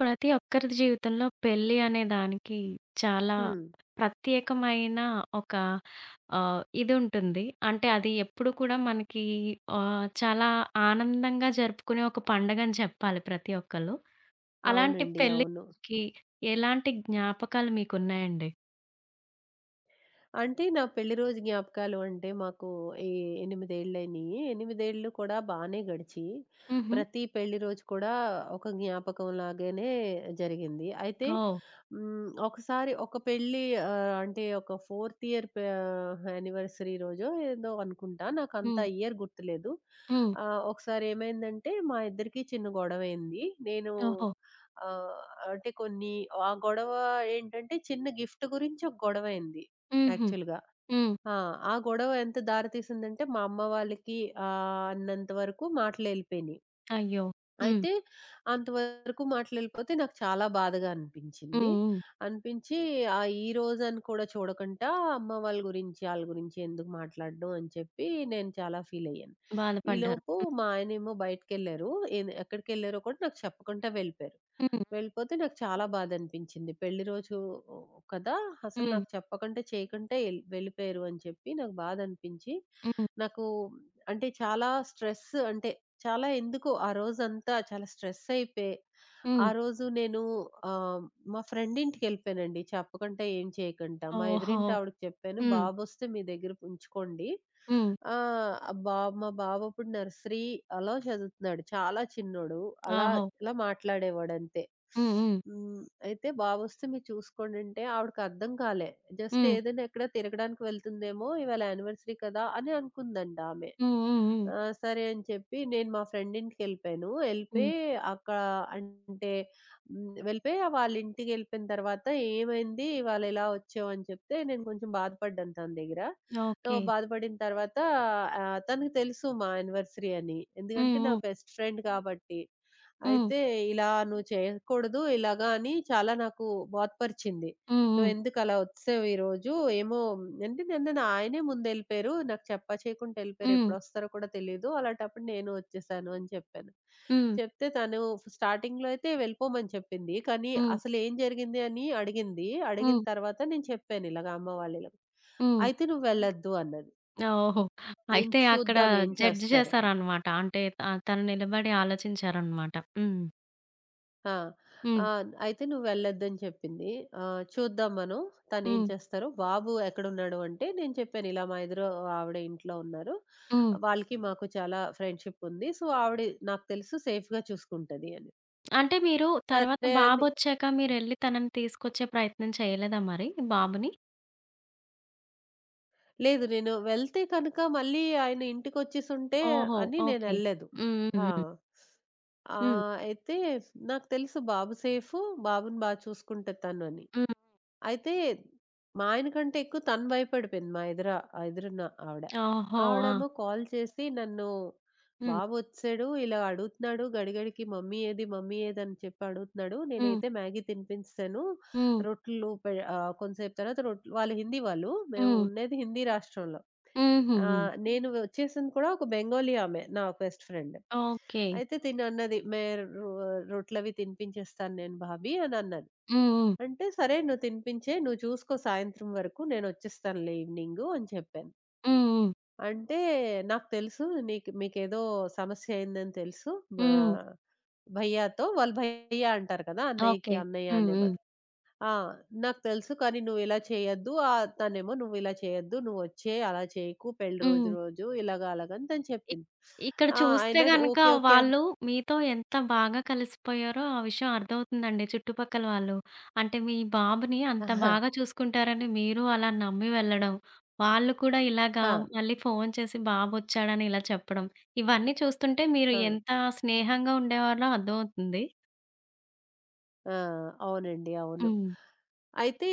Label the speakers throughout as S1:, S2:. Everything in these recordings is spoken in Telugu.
S1: ప్రతి ఒక్కరి జీవితంలో పెళ్లి అనే దానికి చాలా
S2: హ్మ్.
S1: ప్రత్యేకమైన ఒక ఇది ఉంటుంది. అంటే అది ఎప్పుడు కూడా మనకి చాలా ఆనందంగా జరుపుకునే ఒక పండగని చెప్పాలి ప్రతి ఒక్కళ్ళు. అలాంటి
S2: అవునండి.
S1: పెళ్లి
S2: అవును.
S1: రోజుకి ఎలాంటి జ్ఞాపకాలు మీకున్నాయండి?
S2: అంటే నా పెళ్లి రోజు జ్ఞాపకాలు అంటే మాకు ఈ ఎనిమిదేళ్ళయినాయి. ఎనిమిదేళ్ళు కూడా బానే గడిచి,
S1: హుహు.
S2: ప్రతి పెళ్లి రోజు కూడా ఒక జ్ఞాపకం లాగానే జరిగింది. అయితే
S1: ఓహ్!
S2: ఒకసారి అంటే ఒక ఫోర్త్ ఇయర్ యానివర్సరీ రోజో ఏదో అనుకుంటా. నాకంత
S1: హ్మ్.
S2: ఇయర్ గుర్తులేదు.
S1: హ్మ్.
S2: ఒకసారి ఏమైందంటే మా ఇద్దరికీ చిన్న గొడవయింది. నేను
S1: ఓహో!
S2: ఆహ్, అంటే కొన్ని ఆ గొడవ ఏంటంటే చిన్న గిఫ్ట్ గురించి ఒక గొడవయింది.
S1: హుహు.
S2: యాక్చువల్‌గా.
S1: హ్మ్.
S2: ఆ! ఆ గొడవ ఎంత దారి తీసిందంటే, మా అమ్మ వాళ్ళకి అన్నంత వరకు మాటలెళ్ళిపోయినియి.
S1: అయ్యో! హ్మ్.
S2: అయితే అంతవరకు మాటలెళ్ళిపోతే నాకు చాలా బాధగా
S1: హ్మ్.
S2: అనిపించింది.
S1: హ్మ్.
S2: అనిపించి ఈ రోజని కూడా చూడకుండా అమ్మ వాళ్ళ గురించి, ఆళ్ళ గురించి ఎందుకు మాట్లాడడం అని చెప్పి నేను చాలా ఫీలయ్యాను.
S1: బాధపడ్డారు.
S2: ఈలోపు మా ఆయనేమో బయటికెళ్లారు. ఎక్కడికెళ్లారో కూడా నాకు చెప్పకుండా వెళ్ళిపోయారు.
S1: హ్మ్.
S2: వెళ్ళిపోతే నాకు చాలా బాధనిపించింది. పెళ్లి రోజు కదా! అసలు
S1: హ్మ్.
S2: నాకు చెప్పకుండా చేయకుండా వెళ్ళిపోయారు అని చెప్పి నాకు బాధనిపించి,
S1: హ్మ్.
S2: నాకు అంటే చాలా స్ట్రెస్ అంటే చాలా ఎందుకో ఆ రోజంతా చాలా స్ట్రెస్ అయిపోయి, ఆ
S1: హ్మ్.
S2: రోజు ఆహ్, మా ఫ్రెండ్ ఇంటికెళ్ళిపోయానండి చెప్పకుండా, ఏం చేయకుండా. మా
S1: ఓహో!
S2: ఎదురింటి ఆవిడకి చెప్పాను,
S1: హ్మ్.
S2: "బాబొస్తే మీ దగ్గర ఉంచుకోండి.
S1: హ్మ్.
S2: ఆహ్, ఆ బాబు మా బాబు అప్పుడు నర్సరీ అలా చదువుతున్నాడు. చాలా చిన్నోడు." అలా
S1: ఆహో!
S2: ఇలా మాట్లాడేవాడంతే.
S1: హ్మ్. హ్మ్.
S2: హ్మ్. అయితే "బాబొస్తే మీరు చూసుకోండంటే" ఆవిడకి అర్థం కాలే. జస్ట్
S1: హ్మ్.
S2: ఏదైనా ఎక్కడ తిరగడానికి వెళ్తుందేమో, ఇవాళ యానివర్సరీ కదా! అని అనుకుందంట ఆమె.
S1: హ్మ్. హ్మ్. హ్మ్.
S2: ఆ! సరే అని చెప్పి నేను మా ఫ్రెండ్ ఇంటికెళ్ళిపోయాను.
S1: హ్మ్.
S2: ఎళ్ళిపోయి అక్క అంటే హ్మ్. వెళ్ళిపోయి వాళ్ళింటికెళ్ళిపోయిన తర్వాత "ఏమైంది? ఇవాళ ఇలా వచ్చావు" అని చెప్తే నేను కొంచెం బాధపడ్డాను తన దగ్గర. So,
S1: okay.
S2: బాధపడిన తర్వాత తనకు తెలుసు మా యానివర్సరీ అని.
S1: హ్మ్.
S2: ఎందుకంటే నా
S1: హ్మ్.
S2: బెస్ట్ ఫ్రెండ్ కాబట్టి.
S1: హ్మ్.
S2: అయితే ఇలా "నువ్వు చేయకూడదు ఇలాగా" అని చాలా నాకు బోధపరిచింది.
S1: హ్మ్.
S2: "నువ్వెందుకలా ఒచ్సేవు ఈరోజు?" ఏమో అంటే నన్ను నా ఆయనే ముందెళ్ళిపోయారు. నాకు చెప్పా చేయకుండా ఎళ్ళిపోయారు.
S1: హ్మ్.
S2: ఎప్పుడొస్తారో కూడా తెలీదు. అలాంటప్పుడు నేను ఒచ్చేసాను అని చెప్పాను.
S1: హ్మ్.
S2: చెప్తే తను స్టార్టింగ్‌లో అయితే వెళ్ళిపోమని చెప్పింది. కానీ
S1: హ్మ్.
S2: అసలేం జరిగింది అని అడిగింది. అడిగిన
S1: హ్మ్.
S2: తర్వాత నేను చెప్పాను ఇలాగ అమ్మ వాళ్ళిలాగ.
S1: హ్మ్.
S2: అయితే నువ్వు వెళ్ళొద్దు అన్నది.
S1: ఓహో!
S2: నేను
S1: అయితే అక్కడ
S2: చూద్దాం ఏం
S1: జడ్జ్
S2: చేస్తారో అని.
S1: చేశారనమాట. అంటే తను నిలబడి ఆలోచించారనమాట. హ్మ్.
S2: ఆ!
S1: హ్మ్.
S2: ఆ! అయితే "నువ్వెళ్ళొద్దని" చెప్పింది. చూద్దాం మనం తనేం
S1: హ్మ్.
S2: చేస్తారో. బాబు ఎక్కడున్నాడు అంటే నేను చెప్పాను ఇలా మా ఎదురు ఆవిడ ఇంట్లో ఉన్నారు.
S1: హ్మ్.
S2: వాళ్ళకి మాకు చాలా ఫ్రెండ్‌షిప్ ఉంది. సో, ఆవిడ నాకు తెలుసు సేఫ్‌గా చూసుకుంటది అని.
S1: అంటే మీరు తర్వాత
S2: సరే అని
S1: బాబొచ్చాక మీరెళ్లి తనని తీసుకొచ్చే ప్రయత్నం చేయలేదా మరి బాబుని?
S2: లేదు. నేను వెళ్తే కనుక మళ్ళీ ఆయన ఇంటికొచ్చేసుంటే
S1: ఓహో!
S2: అని
S1: ఓకే.
S2: నేనెళ్ళలేదు.
S1: హ్మ్.
S2: ఆ!
S1: హ్మ్. హ్మ్. హ్మ్.
S2: అయితే నాకు తెలుసు బాబు సేఫు. బాబుని బా చూసుకుంటది తను అని.
S1: హ్మ్.
S2: అయితే మా ఆయన కంటే ఎక్కువ తను భయపడిపోయింది. మా ఎదుర ఆ ఎదురున్న ఆవిడ.
S1: ఓహో! ఆ!
S2: ఆవిడేమో కాల్ చేసి నన్ను
S1: హ్మ్.
S2: "బాబొచ్చేసాడు. ఇలా అడుగుతున్నాడు గడిగడికి మమ్మీ ఏది? మమ్మీ ఏది?" అని చెప్పి అడుగుతున్నాడు.
S1: హ్మ్.
S2: నేనైతే మ్యాగీ తినిపించేసాను.
S1: హ్మ్.
S2: కొంతసేపు తర్వాత రొట్లు వాళ్ళు హిందీ వాళ్ళు. మేము
S1: హ్మ్.
S2: ఉండేది హిందీ రాష్ట్రంలో.
S1: హుహుహు.
S2: నేను వచ్చేసింది కూడా ఒక బెంగాలీ ఆమె నా బెస్ట్ ఫ్రెండ్.
S1: ఓకే.
S2: అయితే తినన్నది మే రొ రొట్లవి తినిపించేస్తాను నేను భాబీ అనన్నది.
S1: హ్మ్. హ్మ్.
S2: అంటే సరే నువ్వు తినిపించేయి. నువ్వు చూసుకో సాయంత్రం వరకు నేనొచ్చేస్తానులే ఈవినింగు అని చెప్పాను.
S1: హ్మ్. హ్మ్.
S2: అంటే నాకు తెలుసు మీకేదో సమస్య అయిందని తెలుసు.
S1: హ్మ్.
S2: ఆహ్, భయ్యాతో వాళ్ళు భయ్యా అంటారు కదా! అన్నయ్యకి
S1: ఓకే.
S2: అన్నయ్య
S1: హ్మ్.
S2: అనే
S1: హ్మ్.
S2: బదులు. ఆ! నాకు తెలుసు కానీ నువ్విలా చేయొద్దు. తనేమో నువ్విలా చేయొద్దు. నువ్వొచ్చే అలా చేయకు. పెళ్లి రోజు
S1: హ్మ్.
S2: రోజు ఇలాగ అలాగని తను
S1: ఇక్
S2: చెప్పింది.
S1: ఇక్కడ
S2: ఆ! ఆయన
S1: చూస్తే గనక
S2: ఓకే. ఓకే. అని.
S1: వాళ్ళు మీతో ఎంత బాగా కలిసిపోయారో ఆ విషయం అర్థమవుతుందండి చుట్టుపక్కల వాళ్ళు. అంటే మీ బాబుని అంత
S2: ఆ!
S1: బాగా చూసుకుంటారని మీరు అలా నమ్మి వెళ్ళడం, వాళ్ళు కూడా ఇలాగా
S2: ఆ!
S1: మళ్ళీ ఫోను చేసి బాబొచ్చాడని ఇలా చెప్పడం, ఇవన్నీ చూస్తుంటే మీరు
S2: ఆ!
S1: ఎంత స్నేహంగా ఉండేవాళ్ళో అర్థమవుతుంది.
S2: ఆ! అవునండి. అవును.
S1: హ్మ్.
S2: అయితే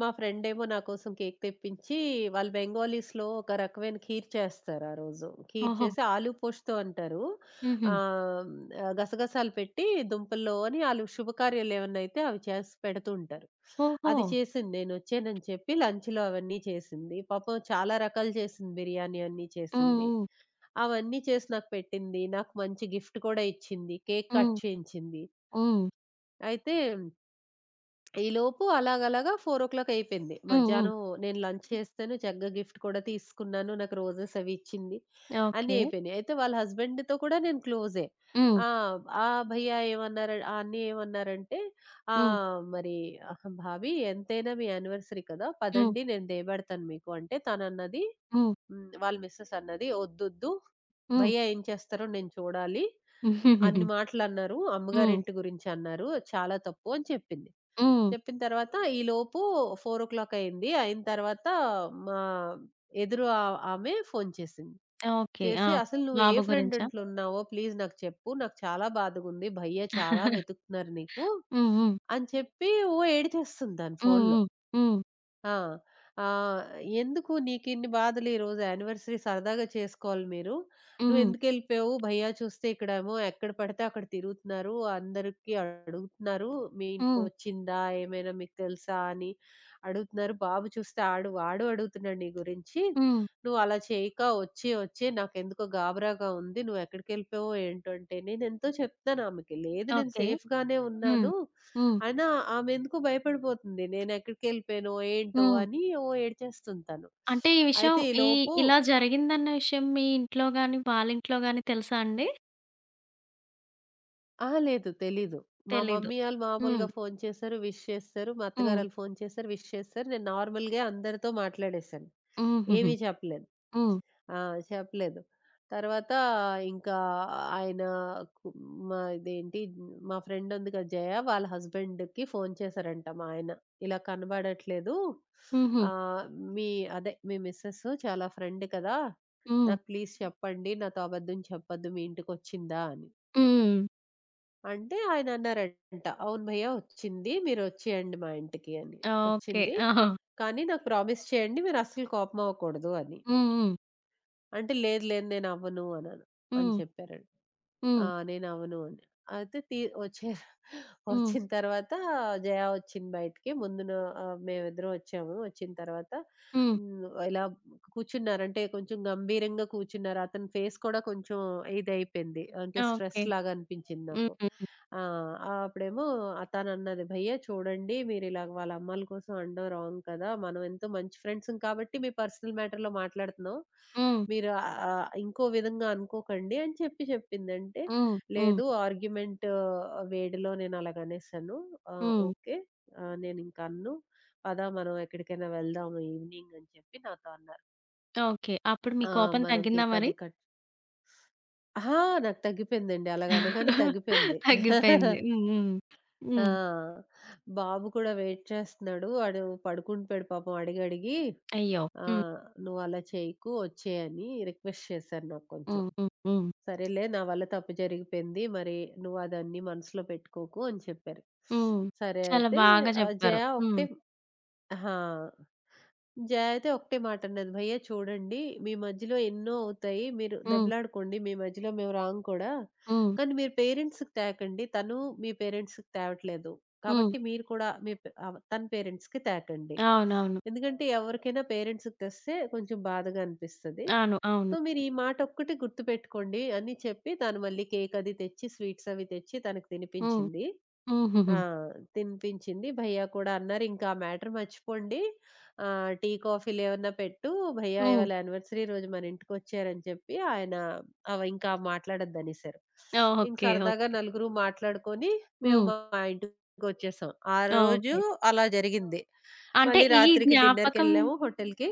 S2: మా ఫ్రెండేమో నా కోసం కేక్ తెప్పించి వాళ్ళు బెంగాలీస్‌లో ఒక రకమైన ఖీర్ చేస్తారు ఆ రోజు. ఖీర్
S1: ఓహో!
S2: చేసి ఆలు పోస్తో అంటారు.
S1: హుహు.
S2: ఆహ్, గసగసాలు పెట్టి దుంపల్లోని ఆళ్ళు శుభకార్యాలు ఏమన్నా అయితే అవి చేసి పెడుతూ ఉంటారు.
S1: ఓహో!
S2: అది చేసింది నేనొచ్చానని చెప్పి లంచ్‌లో అవన్నీ చేసింది. పాపం చాలా రకాలు చేసింది. బిర్యానీ అన్నీ
S1: హ్మ్.
S2: చేసింది.
S1: హ్మ్.
S2: అవన్నీ చేసి నాకు పెట్టింది. నాకు మంచి గిఫ్ట్ కూడా ఇచ్చింది. కేక్ కట్
S1: హ్మ్.
S2: చేయించింది.
S1: హ్మ్.
S2: అయితే ఈలోపు అలాగలాగా 4:00 అయిపోయింది.
S1: హ్మ్. హ్మ్.
S2: మధ్యాహ్నం నేను లంచ్ చేశాను. చక్కగా గిఫ్ట్ కూడా తీసుకున్నాను. నాకు రోజెస్ అవి ఇచ్చింది. అన్నీ
S1: ఓకే.
S2: అయిపోయినాయి. అయితే వాళ్ళ హస్బెండ్‌తో కూడా నేను క్లోజే.
S1: హ్మ్.
S2: ఆ! ఆ భయ్యా ఏమన్నారు ఆ అన్నయ్య ఏమన్నారంటే,
S1: హ్మ్.
S2: " మరి భాబీ ఎంతైనా మీ యానివర్సరీ కదా!
S1: హ్మ్.
S2: పదండి నేను దేపెడతాను మీకు" అంటే తనన్నది
S1: హ్మ్.
S2: వాళ్ళ మిసెస్ అన్నది, "ఒద్దొద్దు
S1: హ్మ్.
S2: భయ్యా ఏం చేస్తారో నేను చూడాలి. అన్ని
S1: హ్మ్.
S2: మాటలన్నారు.
S1: హ్మ్.
S2: అమ్మగారింటి గురించి అన్నారు. చాలా తప్పు" అని చెప్పింది. చెప్పిన తర్వాత ఈలోపు 4:00 అయింది. అయిన తర్వాత మా ఎదురు ఆ ఆమె ఫోను చేసింది.
S1: ఓకే. ఆ!
S2: చేసి "అసలు నువ్వు ఏ
S1: బాబు
S2: ఫ్రెండ్
S1: గురించా?
S2: ఇంట్లో ఉన్నావో ప్లీజ్ నాకు చెప్పు. నాకు చాలా బాధగుంది. భయ్యా చాలా వెతుకుతున్నారు నీకు"
S1: హ్మ్. హ్మ్.
S2: అని చెప్పి ఓ ఏడిచేస్తుంది తను
S1: హ్మ్.
S2: ఫోనులో.
S1: హ్మ్. హ్మ్.
S2: ఆ! ఆహ్, "ఎందుకు నీకిన్ని బాధలు ఈరోజు యానివర్సరీ సరదాగా చేసుకోవాలి మీరు.
S1: హ్మ్.
S2: నువ్వెందుకెళ్ళిపోయావు? భయ్యా చూస్తే ఇక్కడేమో ఎక్కడ పడితే అక్కడ తిరుగుతున్నారు. అందరికి అడుగుతున్నారు. మీ
S1: హ్మ్.
S2: ఇంటికొచ్చిందా? ఏమైనా మీకు తెలుసా? అని అడుగుతున్నారు. బాబు చూస్తే వాడు అడుగుతున్నాడు నీ గురించి.
S1: హ్మ్.
S2: నువ్వలా చేయక వచ్చి వచ్చి నాకెందుకో గాబరాగా ఉంది. నువ్వెక్కడికెళ్ళిపోయావో ఏంటో" అంటే నేనెంతో చెప్తాను ఆమెకి. "లేదు నేను
S1: ఓకే.
S2: సేఫ్‌గానే
S1: హ్మ్.
S2: ఉన్నాను."
S1: హ్మ్.
S2: అయినా ఆమె ఎందుకో భయపడిపోతుంది. నేనెక్కడికెళ్ళిపోయానో, ఏంటో
S1: హ్మ్.
S2: అని ఓ ఏడ్చేస్తుంది తను.
S1: అంటే ఈ విషయం
S2: అయితే
S1: ఈ
S2: ఈలోపు
S1: ఇలా జరిగిందన్న విషయం మీ ఇంట్లో గాని, వాళ్ళింట్లో గాని తెలుసా అండి?
S2: అహా! లేదు తెలీదు. మా
S1: తెలీదు.
S2: మమ్మీ ఆళ్ళు మామూలుగా
S1: హ్మ్.
S2: ఫోను చేశారు, విష్ చేసేశారు. మా
S1: హ్మ్.
S2: అత్తగారాళ్ళు ఫోను చేశారు, విష్ చేసేశారు. నేను నార్మల్‌గే అందరితో మాట్లాడేశాను.
S1: హుహుహు.
S2: ఏమీ చెప్పలేదు.
S1: హ్మ్.
S2: ఆ! చెప్పలేదు. తర్వాత ఇంకా ఆయన కు మా ఇదేంటి మా ఫ్రెండ్ ఉంది కదా! జయ వాళ్ళ హస్బెండ్‌కి ఫోను చేశారంట మా ఆయన. ఇలా కనబడట్లేదు.
S1: హుహు.
S2: ఆహ్, మీ అదే మీ మిసెస్ చాలా ఫ్రెండ్ కదా!
S1: హ్మ్.
S2: నాకు ప్లీజ్ చెప్పండి. నాతో అబద్ధం చెప్పొద్దు. మీ ఇంటికొచ్చిందా అని.
S1: హ్మ్.
S2: అంటే ఆయన అన్నారంట, "అవును భయ్యా వచ్చింది. మీరొచ్చేయండి మా ఇంటికి" అని.
S1: ఓకే.
S2: "వచ్చింది.
S1: ఆ!
S2: కానీ నాకు ప్రామిస్ చేయండి మీరస్సలు కోపమవ్వకూడదు" అని.
S1: హ్మ్. హ్మ్.
S2: అంటే లేదు లేదు నేనవ్వను అన్నాను. అని
S1: హ్మ్.
S2: చెప్పారండి.
S1: హ్మ్.
S2: నేనవ్వను అని. అయితే వచ్చారు.
S1: హ్మ్.
S2: వచ్చిన తర్వాత జయ వచ్చింది బయటికి. మేమిద్దరం వచ్చాము. వచ్చిన తర్వాత
S1: హ్మ్.
S2: హ్మ్. ఇలా కూర్చున్నారు. అంటే కొంచెం గంభీరంగా కూర్చున్నారు. అతని ఫేస్ కూడా కొంచెం ఇదయిపోయింది. అంటే స్ట్రెస్
S1: ఓకే.
S2: లాగా అనిపించింది నాకు.
S1: హ్మ్.
S2: ఆ! అప్పుడేమో తనన్నది, "భయ్యా చూడండి మీరిలాగ వాళ్ళ అమ్మాయిల కోసం అనడం రాంగ్ కదా! మనం ఎంతో మంచి ఫ్రెండ్స్‌మి కాబట్టి మీ పర్సనల్ మ్యాటర్‌లో మాట్లాడుతున్నాం.
S1: హ్మ్.
S2: మీరు ఆహ్, ఆహ్, ఇంకో విధంగా అనుకోకండి అని చెప్పి చెప్పిందంటే,
S1: హ్మ్. హ్మ్.
S2: లేదు ఆర్గ్యుమెంట్ వేడిలో నేను అలాగనేసాను.
S1: హ్మ్.
S2: ఓకే. నేనింక అనను. పద మనం ఎక్కడికైనా వెళ్దాము ఈవినింగ్ అని చెప్పి నాతో అన్నారు.
S1: ఓకే. అప్పుడు మీ
S2: ఆ!
S1: కోపం
S2: మనం
S1: తగ్గిందా
S2: కేక్
S1: మరి?
S2: అది కట్ అహా! నాకు తగ్గిపోయిందండి. అలాగనగానే తగ్గిపోయింది.
S1: తగ్గిపోయింది. హ్మ్. హ్మ్. హ్మ్.
S2: ఆ! బాబు కూడా వెయిట్ చేస్తున్నాడు. వాడు పడుకుండిపోయాడు పాపం అడిగడిగి.
S1: అయ్యో!
S2: ఆ!
S1: హ్మ్.
S2: "నువ్వు అలా చేయకు వచ్చేయని" రిక్వెస్ట్ చేశారు నాకు కొంచెం.
S1: హ్మ్. హ్మ్. హ్మ్.
S2: సరేలే నా వల్ల తప్పు జరిగిపోయింది. మరి నువ్వు అదన్నీ మనసులో పెట్టుకోకు అని చెప్పారు.
S1: హ్మ్.
S2: సరే
S1: చాలా
S2: అయితే
S1: బాగా
S2: ఆ
S1: చెప్పారు.
S2: జయ
S1: హ్మ్.
S2: ఒకటే ఆహా! జయ అయితే ఒకటే మాట అన్నది. "భయ్యా చూడండి, మీ మధ్యలో ఎన్నో అవుతాయి. మీరు
S1: హ్మ్.
S2: దెబ్బలాడుకోండి. మీ మధ్యలో మేము రాము కూడా.
S1: హ్మ్.
S2: కానీ మీరు పేరెంట్స్‌కి తాకండి. తను మీ పేరెంట్స్‌కి తేవట్లేదు.
S1: హ్మ్.
S2: కాబట్టి మీరు కూడా తన పేరెంట్స్‌కి తాకండి.
S1: అవునవును.
S2: ఎందుకంటే ఎవరికైనా పేరెంట్స్‌కి తెస్తే కొంచెం బాధగా అనిపిస్తది.
S1: అవును.
S2: సో,
S1: అవును.
S2: మీరు ఈ మాట ఒక్కటి గుర్తుపెట్టుకోండి" అని చెప్పి తను మళ్ళీ కేక్ అది తెచ్చి, స్వీట్స్ అవి తెచ్చి తనకు
S1: హ్మ్.
S2: తినిపించింది.
S1: హుహుహు.
S2: ఆ! తినిపించింది. భయ్యా కూడా అన్నారు, "ఇంకా ఆ మ్యాటర్ మర్చిపోండి. టీ, కాఫీలు ఏమన్నా పెట్టు. భయ్యా
S1: హ్మ్.
S2: ఇవాళ యానివర్సరీ రోజు మన ఇంటికొచ్చారని" చెప్పి ఆయన ఇంకా మాట్లాడొద్దనేసారు. ఇంక
S1: ఓకే.
S2: సరదాగా
S1: ఓకే.
S2: నలుగురు మాట్లాడుకొని మేము
S1: హ్మ్.
S2: మా ఇంటికొచ్చేసాం. ఆ రోజు
S1: ఓకే.
S2: అలా జరిగింది.
S1: అంటే
S2: మళ్ళీ
S1: ఈ
S2: రాత్రికి
S1: జ్ఞాపకం
S2: డిన్నర్‌కెళ్ళాము హోటల్‌కి.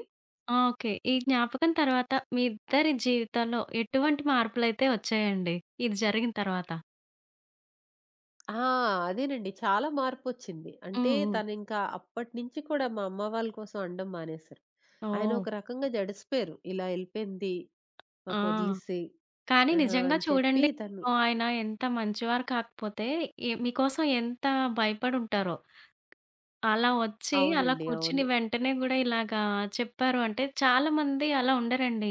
S1: ఓకే. ఈ జ్ఞాపకం తర్వాత మీ ఇద్దరి జీవితాల్లో ఎటువంటి మార్పులైతే వచ్చాయండి? ఇది జరిగిన తర్వాత?
S2: ఆ! అదేనండి. చాలా మార్పొచ్చింది. అంటే
S1: హ్మ్. హ్మ్.
S2: తనింకా అప్పటినుంచి కూడా మా అమ్మ వాళ్ళ కోసం అనడం మానేశారు. ఆయన
S1: ఓహ్!
S2: ఒక రకంగా జడిసిపోయారు. ఇలా ఎళ్ళిపోయింది
S1: ఆ!
S2: మాకొదిలేసి
S1: కానీ నిజంగా
S2: అని చెప్పి
S1: చూడండి
S2: తను
S1: పాపం ఆయన ఎంత మంచివారు కాకపోతే, మీకోసం ఎంత భయపడుంటారో. అలా వచ్చి, అలా
S2: అవునండి.
S1: కూర్చుని
S2: అవును.
S1: వెంటనే గూడా ఇలాగా చెప్పారు అంటే, చాలామంది అలా ఉండరండి.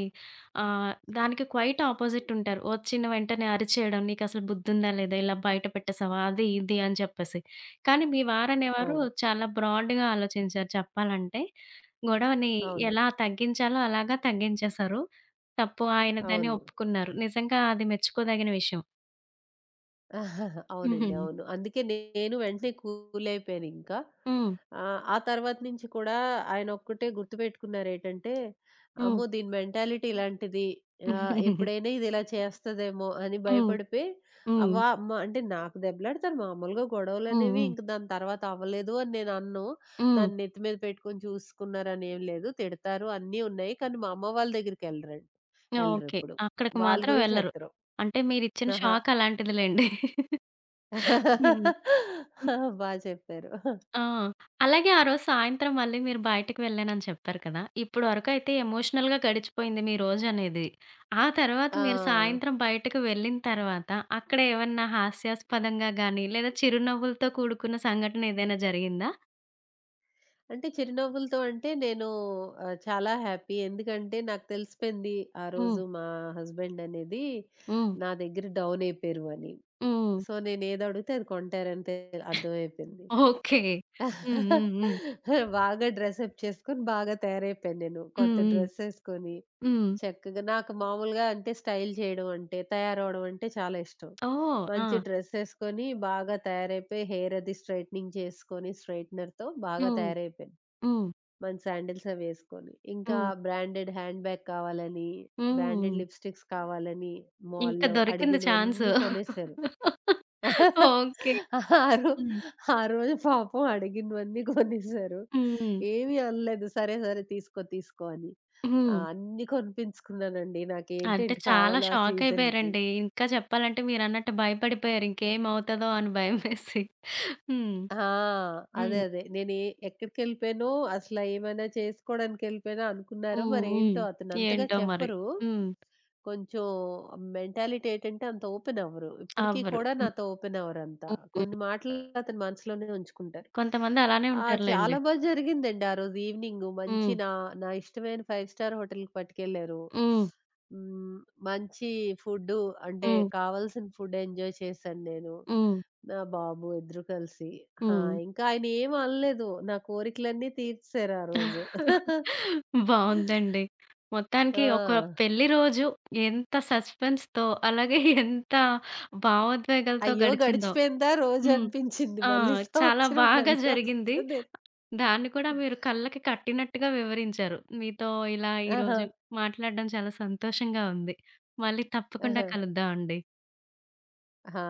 S1: ఆహ్, దానికి క్వైట్ ఆపోజిట్ ఉంటారు. వచ్చిన వెంటనే అరిచేయడం, "నీకసలు బుద్ధుందా లేదా? ఇలా బయట పెట్టేసావా?" అది, ఇది అని చెప్పేసి. కానీ మీ వారనేవారు
S2: అవును.
S1: చాలా బ్రాడ్‌గా ఆలోచించారు చెప్పాలంటే. గొడవని
S2: అవును.
S1: ఎలా తగ్గించాలో అలాగా తగ్గించేశారు. తప్పు ఆయనదని
S2: అవును.
S1: ఒప్పుకున్నారు. నిజంగా అది మెచ్చుకోదగిన విషయం.
S2: ఆహాహా!
S1: హుహు.
S2: అవునండి. అవును. అందుకే నేను వెంటనే కూలయిపోయానింకా.
S1: హ్మ్.
S2: ఆ తర్వాత నుంచి కూడా ఆయనొక్కటే గుర్తుపెట్టుకున్నారేటంటే,
S1: హ్మ్.
S2: అమ్మో! దీని మెంటాలిటీ ఇలాంటిది.
S1: హ్మ్.
S2: ఎప్పుడైనా ఇది ఇలా చేస్తదేమో అని
S1: హ్మ్.
S2: భయపడిపోయి ఆహ్,
S1: హ్మ్.
S2: వా మ అంటే నాకు దెబ్బలాడతారు మామూలుగా
S1: హ్మ్.
S2: గొడవలనేవి
S1: హ్మ్.
S2: ఇంక దాని తర్వాత అవ్వలేదు అని నేను అనను. దాన్ని నెత్తి మీద పెట్టుకొని చూసుకున్నారనేం లేదు. తిడతారు అన్నీ ఉన్నాయి. కానీ మా అమ్మ వాళ్ళ దగ్గరికెళ్ళరండి.
S1: ఓకే.
S2: ఎళ్ళరెప్పుడు.
S1: అక్కడికి
S2: వాళ్ళ
S1: మాత్రం
S2: గురించి
S1: వెళ్లరు.
S2: ఎత్తరు.
S1: అంటే మీరిచ్చిన
S2: ఆహా!
S1: షాక్ అలాంటిదిలెండి. హ్మ్. హ్మ్.
S2: బా చెప్పారు.
S1: ఆ! అలాగే ఆ రోజు సాయంత్రం మళ్ళీ మీరు బయటకి వెళ్ళానని చెప్పారు కదా! ఇప్పుడు వరకైతే ఎమోషనల్‌గా గడిచిపోయింది మీ రోజనేది. ఆ తర్వాత మీరు
S2: ఆ!
S1: సాయంత్రం బయటకు వెళ్ళిన తర్వాత అక్కడ ఏమన్నా హాస్యాస్పదంగా గాని, లేదా చిరునవ్వులతో కూడుకున్న సంఘటన ఏదైనా జరిగిందా?
S2: అంటే చిరునవ్వులతో అంటే చాలా హ్యాపీ. ఎందుకంటే నాకు తెలిసిపోయింది ఆ
S1: హ్మ్.
S2: రోజు మా హస్బెండ్ అనేది
S1: హ్మ్.
S2: నా దగ్గర డౌన్ అయిపోయారు అని.
S1: హ్మ్.
S2: సో, నేను ఏది అడిగితే అది కొంటారని అర్థమైపోయింది.
S1: ఓకే. హ్మ్. హ్మ్. హ్మ్.
S2: బాగా డ్రెసప్ చేసుకొని బాగా తయారైపోయాను నేను. కొత్త
S1: హ్మ్. హ్మ్.
S2: డ్రెస్ ఏసుకొని.
S1: హ్మ్.
S2: చక్కగా నాకు మామూలుగా అంటే స్టైల్ చేయడం అంటే, తయారవ్వడం అంటే చాలా ఇష్టం.
S1: ఓహ్! ఆ!
S2: మంచి డ్రెస్సేసుకొని బాగా తయారైపోయి, హెయిర్ అది స్ట్రెయిటనింగ్ చేసుకొని, స్ట్రెయిటనర్‌తో బాగా
S1: హ్మ్.
S2: తయారైపోయాను.
S1: హ్మ్.
S2: మంచి శాండిల్స్ అవి యేసుకొని. ఇంకా
S1: హ్మ్.
S2: బ్రాండెడ్ హ్యాండ్ బ్యాగ్ కావాలని, బ్రాండెడ్
S1: హ్మ్.
S2: లిప్‌స్టిక్స్ కావాలని
S1: ఇంకా
S2: మాల్‌లో
S1: దొరికింది ఛాన్సు.
S2: అడిగినవన్నీ కొనేసారు.
S1: ఓకే.
S2: ఆ రో
S1: హ్మ్.
S2: ఆ రోజు పాపం అడిగినవన్నీ కొనేసారు.
S1: హ్మ్.
S2: ఏమి అనలేదు. సరే, సరే తీసుకో, తీసుకో అని.
S1: హ్మ్.
S2: అన్నీ కొనిపించుకున్నానండి.
S1: అంటే
S2: నాకేంటేంటి
S1: చాలా
S2: కావాలో ఆ సీజన్‌కి.
S1: షాకయిపోయారండి. ఇంకా చెప్పాలంటే మీరన్నట్టు భయపడిపోయారు. ఇంకేమవుతదో అని భయమేసి. హ్మ్.
S2: ఆ! అదే,
S1: హ్మ్.
S2: అదే. నేనే ఎక్కడికెళ్ళిపోయానో, అసల ఏమైనా చేసుకోవడానికెళ్ళిపోయానా అనుకున్నారో
S1: హ్మ్. హ్మ్.
S2: మరేంటో అతను అంతగా
S1: ఏంటో మరి.
S2: చెప్పరు.
S1: హ్మ్.
S2: కొంచెం మెంటాలిటీ ఏంటంటే అంత ఓపెన్ అవ్వరు. ఇప్పటికి
S1: అవ్వరు.
S2: కూడా
S1: హ్మ్.
S2: నాతో ఓపెన్ అవ్వరంత.
S1: హ్మ్.
S2: కొన్ని
S1: హ్మ్.
S2: మాటలు అతని మనసులోనే ఉంచుకుంటారు.
S1: కొంతమంది అలానే ఉంటారులెండి.
S2: చాలా బా జరిగిందండి ఆ రోజు ఈవెనింగు. మంచి
S1: హ్మ్.
S2: నా నా ఇష్టమైన 5 స్టార్ హోటల్‌కి పట్టుకెళ్లారు.
S1: హ్మ్.
S2: హ్మ్. మంచి ఫుడ్డు అంటే
S1: హ్మ్.
S2: కావాల్సిన ఫుడ్ ఎంజాయ్ చేశాను నేను.
S1: హ్మ్.
S2: నా బాబు ఇద్దరు కలిసి. ఆ!
S1: హ్మ్.
S2: ఇంకా ఆయన ఏమి అనలేదు. నా కోరికలన్నీ తీర్చేశారు ఆ రోజు.
S1: బావుందండి.
S2: ఆ!
S1: మొత్తానికి ఒక పెళ్లి రోజు ఎంత సస్పెన్స్‌తో అలాగే ఎంత భావోద్వేగాలతో
S2: అయ్యో!
S1: గడిచిందో.
S2: గడిచిపోయిందా
S1: హ్మ్.
S2: రోజనిపించింది
S1: ఆ!
S2: మళ్ళీ.
S1: చాలా
S2: సంవత్సరం
S1: బాగా
S2: మళ్ళీ
S1: జరిగింది.
S2: వస్తది.
S1: దాన్ని కూడా మీరు కళ్ళకి కట్టినట్టుగా వివరించారు. మీతో ఇలా
S2: ఆహా!
S1: ఈరోజు మాట్లాడడం చాలా సంతోషంగా ఉంది. మళ్ళీ తప్పకుండా
S2: ఆహా!
S1: కలుద్దాం అండి.
S2: ఆ!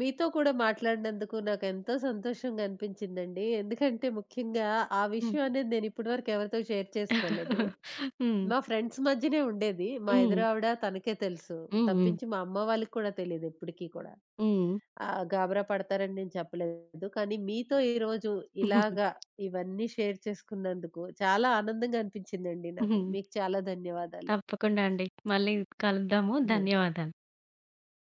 S2: మీతో కూడా మాట్లాడినందుకు నాకెంతో సంతోషంగా అనిపించిందండి. ఎందుకంటే ముఖ్యంగా ఆ
S1: హ్మ్.
S2: విషయం అనేది నేను ఇప్పటి వరకు ఎవరితో షేర్ చేసుకోలేదు.
S1: హ్మ్.
S2: మా ఫ్రెండ్స్ మధ్యనే ఉండేది. మా
S1: హ్మ్.
S2: ఎదురావిడ తనకే తెలుసు.
S1: హ్మ్.
S2: తప్పించి మా అమ్మ వాళ్ళకి కూడా తెలీదు ఎప్పటికి కూడా.
S1: హ్మ్. హ్మ్.
S2: గాబరా పడతారని నేను చెప్పలేదు. కానీ మీతో ఈరోజు ఇలాగా ఇవన్నీ షేర్ చేసుకున్నందుకు చాలా ఆనందంగా అనిపించిందండి నాకు.
S1: హ్మ్.
S2: మీకు చాలా ధన్యవాదాలు.
S1: తప్పకుండా అండి. మళ్ళీ కలుద్దాము. ధన్యవాదాలు.